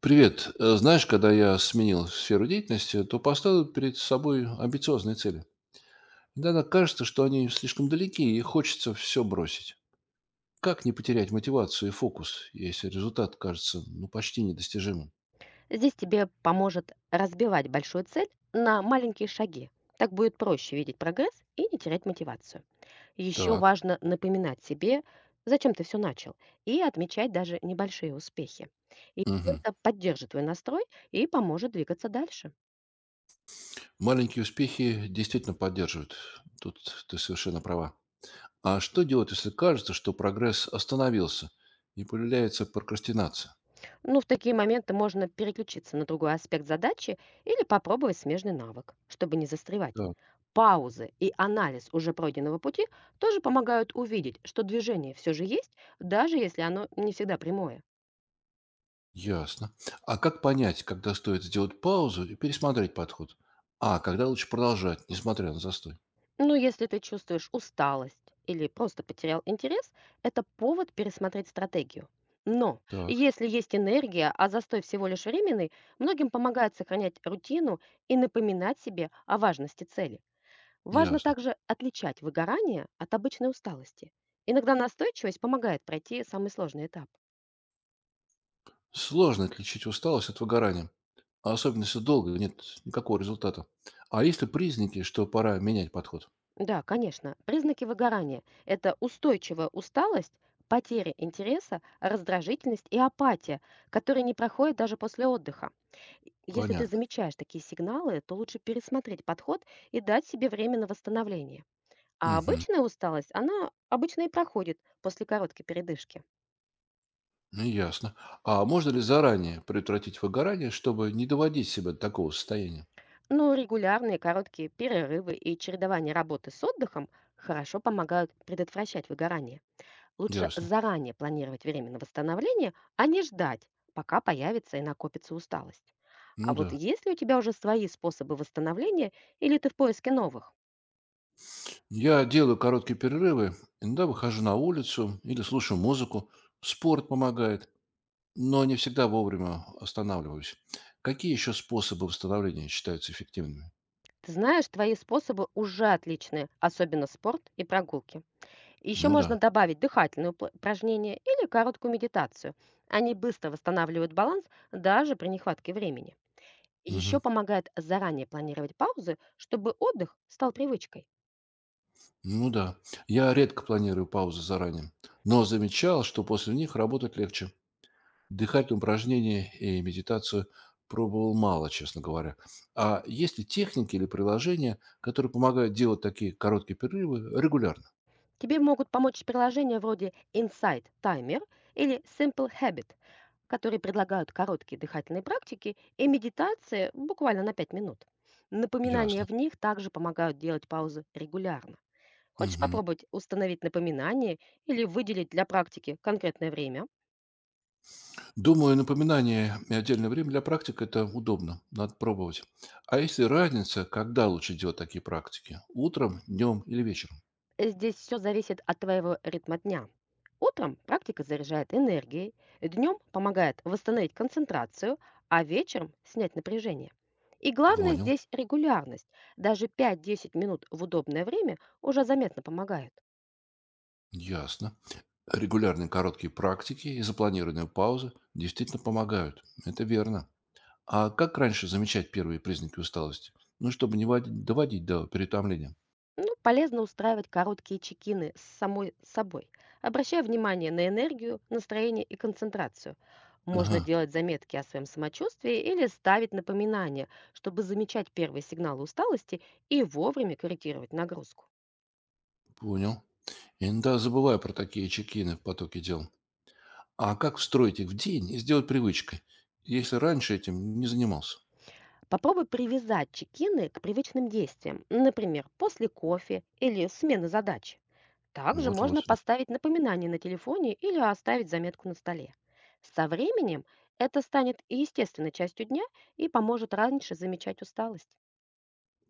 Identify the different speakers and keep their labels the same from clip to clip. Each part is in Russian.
Speaker 1: Привет. Знаешь, когда я сменил сферу деятельности, то поставил перед собой амбициозные цели. Иногда кажется, что они слишком далеки и хочется все бросить. Как не потерять мотивацию и фокус, если результат кажется, ну, почти недостижимым?
Speaker 2: Здесь тебе поможет разбивать большую цель на маленькие шаги. Так будет проще видеть прогресс и не терять мотивацию. Еще
Speaker 1: Так.
Speaker 2: важно напоминать себе, зачем ты все начал, и отмечать даже небольшие успехи. И
Speaker 1: Мгм.
Speaker 2: это поддержит твой настрой и поможет двигаться дальше.
Speaker 1: Маленькие успехи действительно поддерживают. Тут ты совершенно права. А что делать, если кажется, что прогресс остановился и появляется прокрастинация?
Speaker 2: Ну, в такие моменты можно переключиться на другой аспект задачи или попробовать смежный навык, чтобы не застревать.
Speaker 1: Так.
Speaker 2: Паузы и анализ уже пройденного пути тоже помогают увидеть, что движение все же есть, даже если оно не всегда прямое.
Speaker 1: Ясно. А как понять, когда стоит сделать паузу и пересмотреть подход? А когда лучше продолжать, несмотря на застой?
Speaker 2: Но если ты чувствуешь усталость или просто потерял интерес, это повод пересмотреть стратегию. Но
Speaker 1: Так,
Speaker 2: если есть энергия, а застой всего лишь временный, многим помогает сохранять рутину и напоминать себе о важности цели. Важно
Speaker 1: ясно.
Speaker 2: также отличать выгорание от обычной усталости. Иногда настойчивость помогает пройти самый сложный этап.
Speaker 1: Сложно отличить усталость от выгорания, а особенно если долго нет никакого результата. А есть ли признаки, что пора менять подход?
Speaker 2: Да, конечно, признаки выгорания– это устойчивая усталость, потеря интереса, раздражительность и апатия, которые не проходят даже после отдыха. И если ты
Speaker 1: Понятно.
Speaker 2: замечаешь такие сигналы, то лучше пересмотреть подход и дать себе время на восстановление. А
Speaker 1: Мгм.
Speaker 2: обычная усталость, она обычно и проходит после короткой передышки.
Speaker 1: Ну, ясно. А можно ли заранее предотвратить выгорание, чтобы не доводить себя до такого состояния?
Speaker 2: Но регулярные короткие перерывы и чередование работы с отдыхом хорошо помогают предотвращать выгорание. Лучше
Speaker 1: Ясно.
Speaker 2: заранее планировать время на восстановление, а не ждать, пока появится и накопится усталость. А
Speaker 1: Ну
Speaker 2: вот
Speaker 1: да.
Speaker 2: есть ли у тебя уже свои способы восстановления или ты в поиске новых?
Speaker 1: Я делаю короткие перерывы, иногда выхожу на улицу или слушаю музыку. Спорт помогает. Но не всегда вовремя останавливаюсь. Какие еще способы восстановления считаются эффективными?
Speaker 2: Ты знаешь, твои способы уже отличные, особенно спорт и прогулки. Еще
Speaker 1: Ну
Speaker 2: можно
Speaker 1: да.
Speaker 2: добавить дыхательные упражнения или короткую медитацию. Они быстро восстанавливают баланс даже при нехватке времени.
Speaker 1: Мгм.
Speaker 2: Еще помогает заранее планировать паузы, чтобы отдых стал привычкой.
Speaker 1: Ну да. Я редко планирую паузы заранее, но замечал, что после них работать легче. Дыхательные упражнения и медитацию пробовал мало, честно говоря. А есть ли техники или приложения, которые помогают делать такие короткие перерывы регулярно?
Speaker 2: Тебе могут помочь приложения вроде Insight Timer или Simple Habit, которые предлагают короткие дыхательные практики и медитации буквально на 5 минут. Напоминания
Speaker 1: Ясно.
Speaker 2: в них также помогают делать паузы регулярно. Хочешь
Speaker 1: Мгм.
Speaker 2: попробовать установить напоминание или выделить для практики конкретное время?
Speaker 1: Думаю, напоминание и отдельное время для практик — это удобно, надо пробовать. А если разница, когда лучше делать такие практики? Утром, днем или вечером?
Speaker 2: Здесь все зависит от твоего ритма дня. Утром практика заряжает энергией, днем помогает восстановить концентрацию, а вечером снять напряжение. И главное
Speaker 1: Понял.
Speaker 2: здесь регулярность. Даже 5-10 минут в удобное время уже заметно помогают.
Speaker 1: Ясно. Регулярные короткие практики и запланированные паузы действительно помогают. Это верно. А как раньше замечать первые признаки усталости? Ну, чтобы не води- доводить до переутомления.
Speaker 2: Ну, полезно устраивать короткие чекины с самой собой, обращая внимание на энергию, настроение и концентрацию. Можно
Speaker 1: Ага,
Speaker 2: делать заметки о своем самочувствии или ставить напоминания, чтобы замечать первые сигналы усталости и вовремя корректировать нагрузку.
Speaker 1: понял. Иногда забываю про такие чекины в потоке дел. А как встроить их в день и сделать привычкой, если раньше этим не занимался?
Speaker 2: Попробуй привязать чекины к привычным действиям, например, после кофе или смены задач. Также можно
Speaker 1: Вот-вот, д-
Speaker 2: поставить напоминание на телефоне или оставить заметку на столе. Со временем это станет и естественной частью дня и поможет раньше замечать усталость.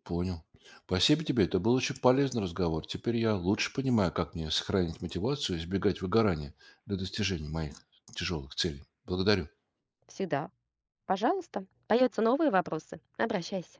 Speaker 1: Понял. Спасибо тебе, это был очень полезный разговор. Теперь я лучше понимаю, как мне сохранить мотивацию и избегать выгорания для достижения моих тяжелых целей. Благодарю.
Speaker 2: Всегда. Пожалуйста, появятся новые вопросы. Обращайся.